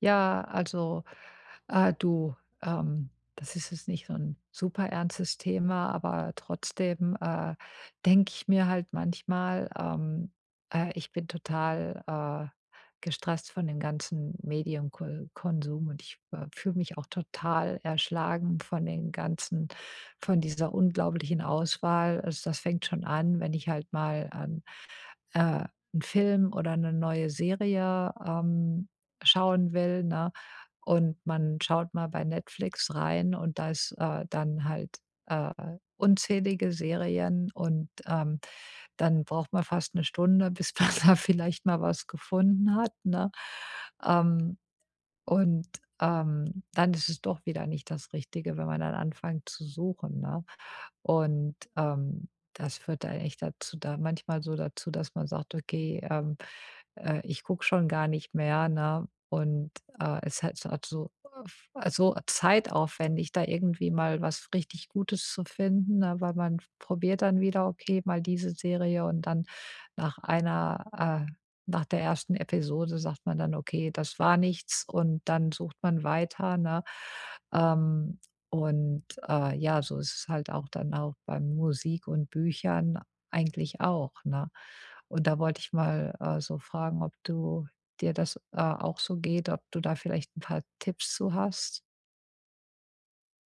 Ja, also, du, ähm, das ist jetzt nicht so ein super ernstes Thema, aber trotzdem, denke ich mir halt manchmal, ich bin total, gestresst von dem ganzen Medienkonsum und ich, fühle mich auch total erschlagen von den ganzen von dieser unglaublichen Auswahl. Also, das fängt schon an, wenn ich halt mal an äh, 'n Film oder eine neue Serie, schauen will, ne? Und man schaut mal bei Netflix rein und da ist, dann halt, äh, unzählige Serien und, dann braucht man fast eine Stunde, bis man da vielleicht mal was gefunden hat, ne? Ähm und, dann ist es doch wieder nicht das Richtige, wenn man dann anfängt zu suchen, ne? Und, das führt dann echt dazu da manchmal so dazu, dass man sagt: „Okay, ich gucke schon gar nicht mehr", ne? Und, es halt so f so zeitaufwendig, da irgendwie mal was richtig Gutes zu finden, ne? Weil man probiert dann wieder: „Okay, mal diese Serie" und dann nach einer, nach der ersten Episode sagt man dann: „Okay, das war nichts" und dann sucht man weiter, ne? Ähm, und, ja, so ist es halt auch dann auch bei Musik und Büchern eigentlich auch, ne? Und da wollte ich mal, so fragen, ob du dir das, auch so geht, ob du da vielleicht ein paar Tipps zu hast?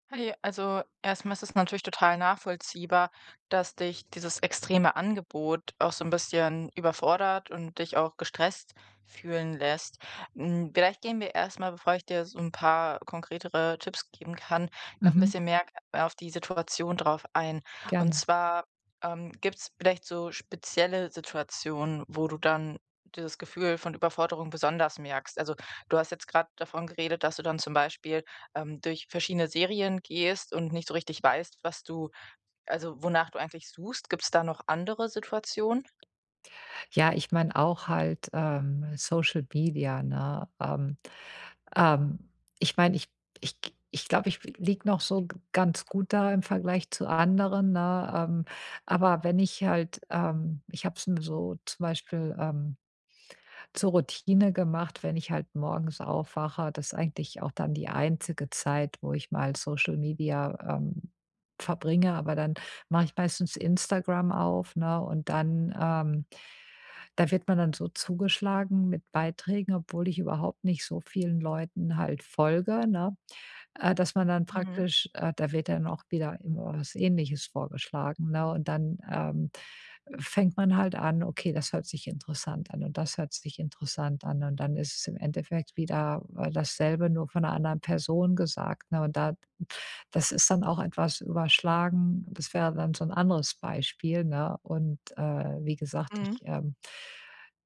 Hey, also erstmal ist es natürlich total nachvollziehbar, dass dich dieses extreme Angebot auch so ein bisschen überfordert und dich auch gestresst fühlen lässt. Vielleicht gehen wir erstmal, bevor ich dir so ein paar konkretere Tipps geben kann, noch ein Mhm. bisschen mehr auf die Situation drauf ein. Und Gerne. zwar gibt es vielleicht so spezielle Situationen, wo du dann dieses Gefühl von Überforderung besonders merkst. Also du hast jetzt gerade davon geredet, dass du dann zum Beispiel durch verschiedene Serien gehst und nicht so richtig weißt, was du wonach du eigentlich suchst. Gibt es da noch andere Situationen? Ja, ich meine auch halt, Social Media, ne? Ähm, Ich meine, ich ich glaube, ich liege noch so ganz gut da im Vergleich zu anderen, ne? Aber wenn ich halt ich habe es mir so zum Beispiel, zur Routine gemacht, wenn ich halt morgens aufwache, das ist eigentlich auch dann die einzige Zeit, wo ich mal Social Media, verbringe, aber dann mache ich meistens Instagram auf, ne, und dann, da wird man dann so zugeschlagen mit Beiträgen, obwohl ich überhaupt nicht so vielen Leuten halt folge, ne? Dass man dann Mhm, praktisch da wird dann auch wieder immer was Ähnliches vorgeschlagen, ne? Und dann, fängt man halt an: „Okay, das hört sich interessant an und das hört sich interessant an." Und dann ist es im Endeffekt wieder, dasselbe, nur von einer anderen Person gesagt, ne? Und da das ist dann auch etwas überschlagen. Das wäre dann so ein anderes Beispiel, ne? Und, wie gesagt, mhm, ich,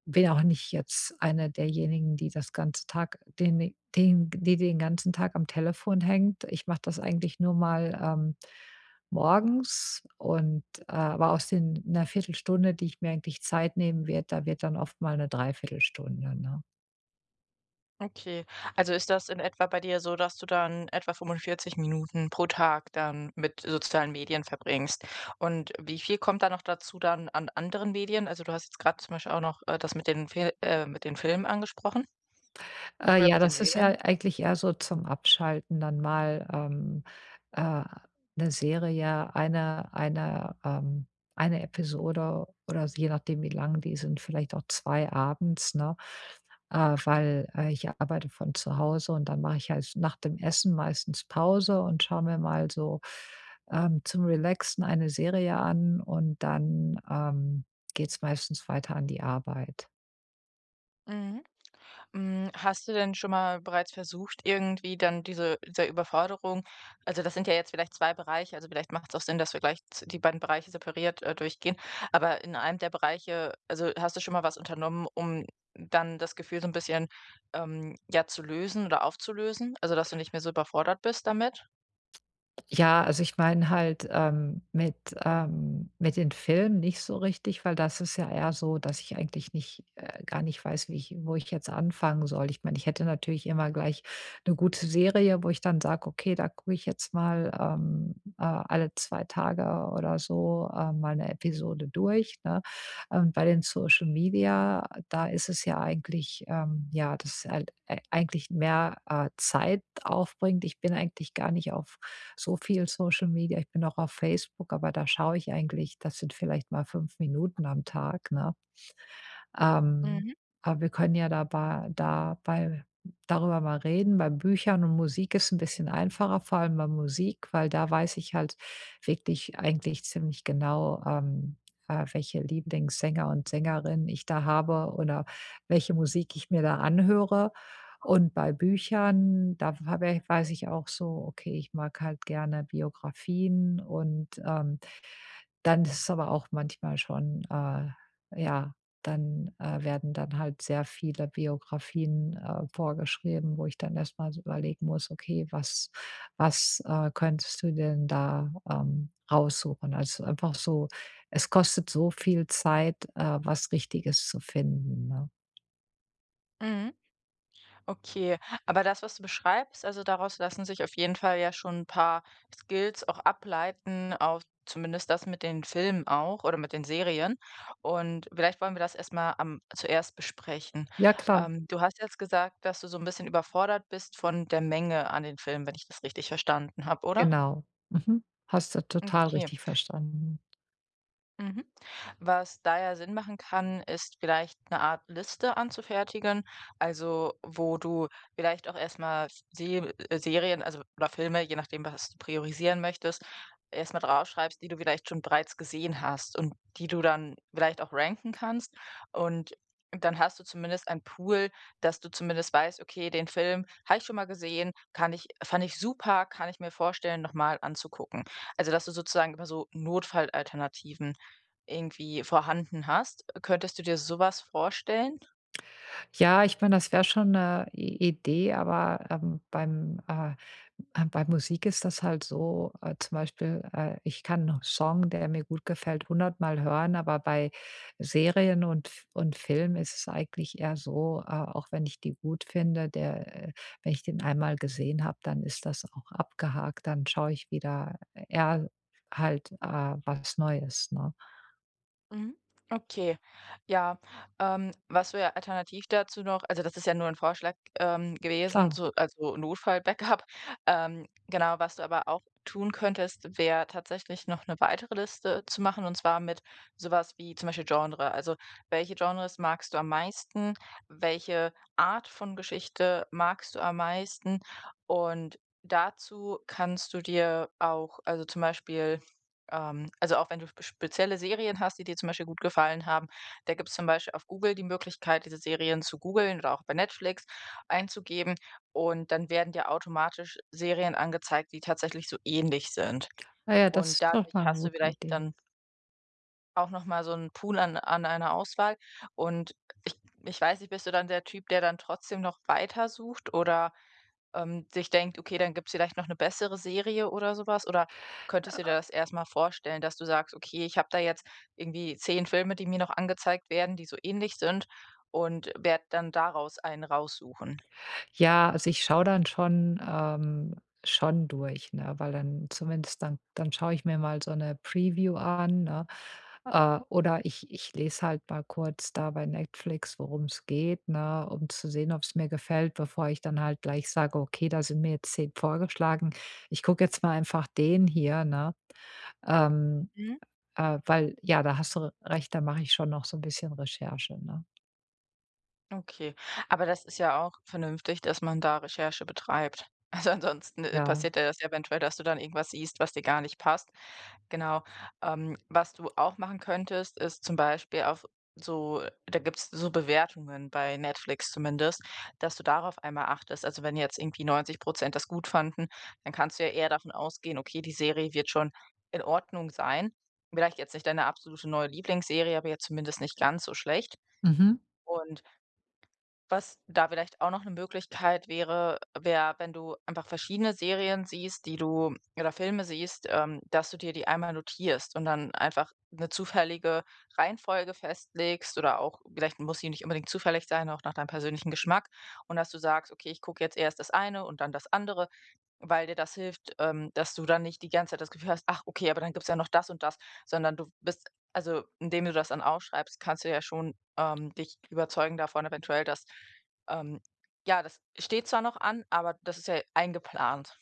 bin auch nicht jetzt eine derjenigen, die das ganze Tag den ganzen Tag am Telefon hängt. Ich mache das eigentlich nur mal, morgens und, aber aus den 'ner Viertelstunde, die ich mir eigentlich Zeit nehmen werde, da wird dann oft mal 'ne 3, ne? okay. Also ist das in etwa bei dir so, dass du dann etwa 45 Minuten pro Tag dann mit sozialen Medien verbringst? Und wie viel kommt da noch dazu dann an anderen Medien? Also du hast jetzt gerade zum Beispiel auch noch, das mit den Fil mit den Filmen angesprochen oder Ja, mit den das ist ja Serien? eigentlich eher so zum Abschalten dann mal, äh, 'ne Serie, eine Episode oder je nachdem, wie lang die sind, vielleicht auch 2 abends, ne? Weil, ich arbeite von zu Hause und dann mache ich halt nach dem Essen meistens Pause und schaue mir mal so, zum Relaxen eine Serie an und dann, geht's meistens weiter an die Arbeit. Mhm. Hast du denn schon mal bereits versucht, irgendwie dann dieser Überforderung also, das sind ja jetzt vielleicht 2 Bereiche, also, vielleicht macht es auch Sinn, dass wir gleich z die beiden Bereiche separiert, durchgehen. Aber in einem der Bereiche also, hast du schon mal was unternommen, um dann das Gefühl so ein bisschen, ja, zu lösen oder aufzulösen? Also, dass du nicht mehr so überfordert bist damit? Ja, also ich meine halt, mit den Filmen nicht so richtig, weil das ist ja eher so, dass ich eigentlich nicht gar nicht weiß, wie ich wo ich jetzt anfangen soll. Ich meine, ich hätte natürlich immer gleich eine gute Serie, wo ich dann sage: „Okay, da gucke ich jetzt mal, alle 2 Tage oder so, mal eine Episode durch", ne? Bei den Social Media, da ist es ja eigentlich, ja, dass halt ei eigentlich mehr, Zeit aufbringt. Ich bin eigentlich gar nicht auf so viel Social Media. Ich bin auch auf Facebook, aber da schaue ich eigentlich, das sind vielleicht mal 5 Minuten am Tag, ne? Ähm, Mhm, aber wir können ja dabei dabei darüber mal reden. Bei Büchern und Musik ist es ein bisschen einfacher, vor allem bei Musik, weil da weiß ich halt wirklich eigentlich ziemlich genau, welche Lieblingssänger und Sängerinnen ich da habe oder welche Musik ich mir da anhöre. Und bei Büchern, da habe ich weiß ich auch so, okay, ich mag halt gerne Biografien und, dann ist es aber auch manchmal schon, ja, dann, werden dann halt sehr viele Biografien, vorgeschrieben, wo ich dann erst mal so überlegen muss: „Okay, was, könntest du denn da, raussuchen?" Also, einfach so es kostet so viel Zeit, was Richtiges zu finden, ne? mhm. Okay, aber das, was du beschreibst, also daraus lassen sich auf jeden Fall ja schon ein paar Skills auch ableiten, auf zumindest das mit den Filmen auch oder mit den Serien. Und vielleicht wollen wir das erst mal am zuerst besprechen. Ja klar, Du hast jetzt gesagt, dass du so ein bisschen überfordert bist von der Menge an den Filmen, wenn ich das richtig verstanden habe, oder? genau. Mhm. Hast du total Okay. richtig verstanden. Mhm. Was da ja Sinn machen kann, ist vielleicht eine Art Liste anzufertigen, also wo du vielleicht auch erstmal Se Serien, also oder Filme, je nachdem, was du priorisieren möchtest, erstmal draufschreibst, die du vielleicht schon bereits gesehen hast und die du dann vielleicht auch ranken kannst. Und dann hast du zumindest einen Pool, dass du zumindest weißt, okay, den Film habe ich schon mal gesehen, kann ich, fand ich super, kann ich mir vorstellen, nochmal anzugucken. Also dass du sozusagen immer so Notfallalternativen irgendwie vorhanden hast. Könntest du dir sowas vorstellen? Ja, ich meine, das wäre schon eine Idee, aber, bei Musik ist das halt so, zum Beispiel, ich kann 'n Song, der mir gut gefällt, hundertmal hören, aber bei Serien und F und Film ist es eigentlich eher so, auch wenn ich die gut finde, der wenn ich den einmal gesehen habe, dann ist das auch abgehakt, dann schaue ich wieder eher halt, was Neues, ne? Mhm. Okay, ja, was wäre alternativ dazu noch also, das ist ja nur ein Vorschlag, gewesen, Klar. so also Notfall-Backup. Genau, was du aber auch tun könntest, wäre tatsächlich noch eine weitere Liste zu machen, und zwar mit sowas wie zum Beispiel Genre. Also, welche Genres magst du am meisten? Welche Art von Geschichte magst du am meisten? Und dazu kannst du dir auch also, zum Beispiel also auch wenn du sp spezielle Serien hast, die dir zum Beispiel gut gefallen haben, da gibt es zum Beispiel auf Google die Möglichkeit, diese Serien zu googeln oder auch bei Netflix einzugeben und dann werden dir automatisch Serien angezeigt, die tatsächlich so ähnlich sind. Na ja, das Und ist doch dadurch mal eine hast du gute vielleicht Idee. dann auch noch mal so 'n Pool an einer Auswahl und ich ich weiß nicht, bist du dann der Typ, der dann trotzdem noch weiter sucht oder, sich denkt: „Okay, dann gibt's vielleicht noch 'ne bessere Serie oder so was?“ Oder könntest du dir das erst mal vorstellen, dass du sagst: „Okay, ich habe da jetzt irgendwie 10 Filme, die mir noch angezeigt werden, die so ähnlich sind und werde dann daraus einen raussuchen?“ Ja, also ich schaue dann schon durch, ne? Weil dann zumindest dann schaue ich mir mal so eine Preview an, ne? Oder ich ich lese halt mal kurz da bei Netflix, worum es geht, ne, um zu sehen, ob es mir gefällt, bevor ich dann halt gleich sage: „Okay, da sind mir jetzt 10 vorgeschlagen. Ich gucke jetzt mal einfach den hier", ne? Ähm, Mhm. Weil ja, da hast du recht, da mache ich schon noch so ein bisschen Recherche, ne? Okay, aber das ist ja auch vernünftig, dass man da Recherche betreibt. Also, ansonsten, Ja. passiert dir das ja eventuell, dass du dann irgendwas siehst, was dir gar nicht passt. Genau. Was du auch machen könntest, ist zum Beispiel auf so da gibt's so Bewertungen bei Netflix zumindest, dass du darauf einmal achtest. Also, wenn jetzt irgendwie 90% das gut fanden, dann kannst du ja eher davon ausgehen: „Okay, die Serie wird schon in Ordnung sein.“ Vielleicht jetzt nicht deine absolute neue Lieblingsserie, aber jetzt zumindest nicht ganz so schlecht. Mhm. Und was da vielleicht auch noch eine Möglichkeit wäre, wäre, wenn du einfach verschiedene Serien siehst, die du oder Filme siehst, dass du dir die einmal notierst und dann einfach eine zufällige Reihenfolge festlegst oder auch vielleicht muss sie nicht unbedingt zufällig sein, auch nach deinem persönlichen Geschmack und dass du sagst: „Okay, ich gucke jetzt erst das eine und dann das andere.“ Weil dir das hilft, dass du dann nicht die ganze Zeit das Gefühl hast: „Ach, okay, aber dann gibt's ja noch das und das“, sondern du bist also, indem du das dann aufschreibst, kannst du ja schon, dich überzeugen davon eventuell, dass, ähm ja, das steht zwar noch an, aber das ist ja eingeplant.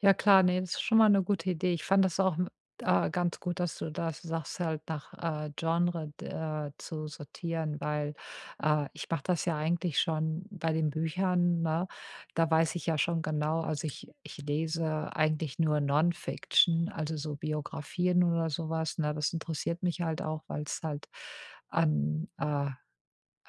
Ja klar, ne, das ist schon mal eine gute Idee. Ich fand das auch, ganz gut, dass du das sagst, halt nach, Genre d zu sortieren, weil, ich mache das ja eigentlich schon bei den Büchern, ne? Da weiß ich ja schon genau also, ich ich lese eigentlich nur Non-Fiction, also, so Biografien oder sowas, was, ne? Das interessiert mich halt auch, weil es halt an, äh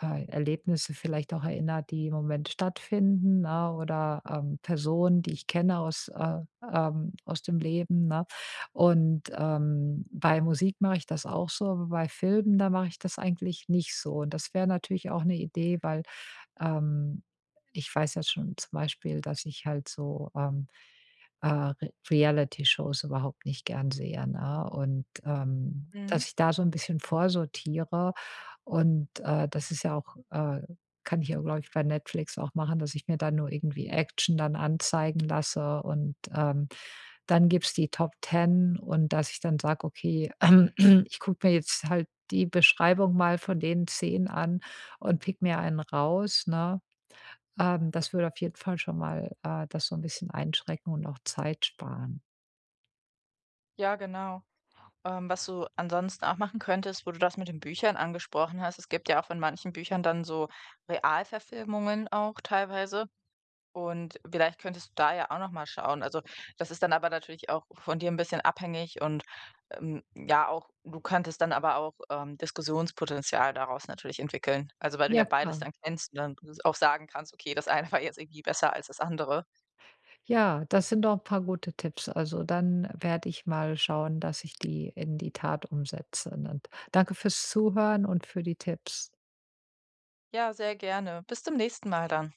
äh, Erlebnisse vielleicht auch erinnert, die im Moment stattfinden, ne, oder, Personen, die ich kenne aus dem Leben, ne? Und, bei Musik mache ich das auch so, aber bei Filmen, da mache ich das eigentlich nicht so. Und das wäre natürlich auch eine Idee, weil, ähm, ich weiß ja schon zum Beispiel, dass ich halt so, Re Reality-Shows überhaupt nicht gern sehe, ne? Und, Mhm. dass ich da so ein bisschen vorsortiere und, das ist ja auch kann ich ja, glaube ich, bei Netflix auch machen, dass ich mir dann nur irgendwie Action dann anzeigen lasse und, dann gibt's die Top Ten und dass ich dann sage: „Okay, ich gucke mir jetzt halt die Beschreibung mal von den 10 an und pick mir einen raus", ne? Das würde auf jeden Fall schon mal, das so ein bisschen einschränken und auch Zeit sparen. Ja, genau. Was du ansonsten auch machen könntest, wo du das mit den Büchern angesprochen hast, es gibt ja auch von manchen Büchern dann so Realverfilmungen auch teilweise. Und vielleicht könntest du da ja auch noch mal schauen. Also, das ist dann aber natürlich auch von dir ein bisschen abhängig und, ja auch du könntest dann aber auch, Diskussionspotenzial daraus natürlich entwickeln. Also, weil du ja Ja, beides klar. dann kennst und dann auch sagen kannst: „Okay, das eine war jetzt irgendwie besser als das andere.“ Ja, das sind doch ein paar gute Tipps. Also, dann werde ich mal schauen, dass ich die in die Tat umsetze, ne? Danke fürs Zuhören und für die Tipps. Ja, sehr gerne. Bis zum nächsten Mal dann.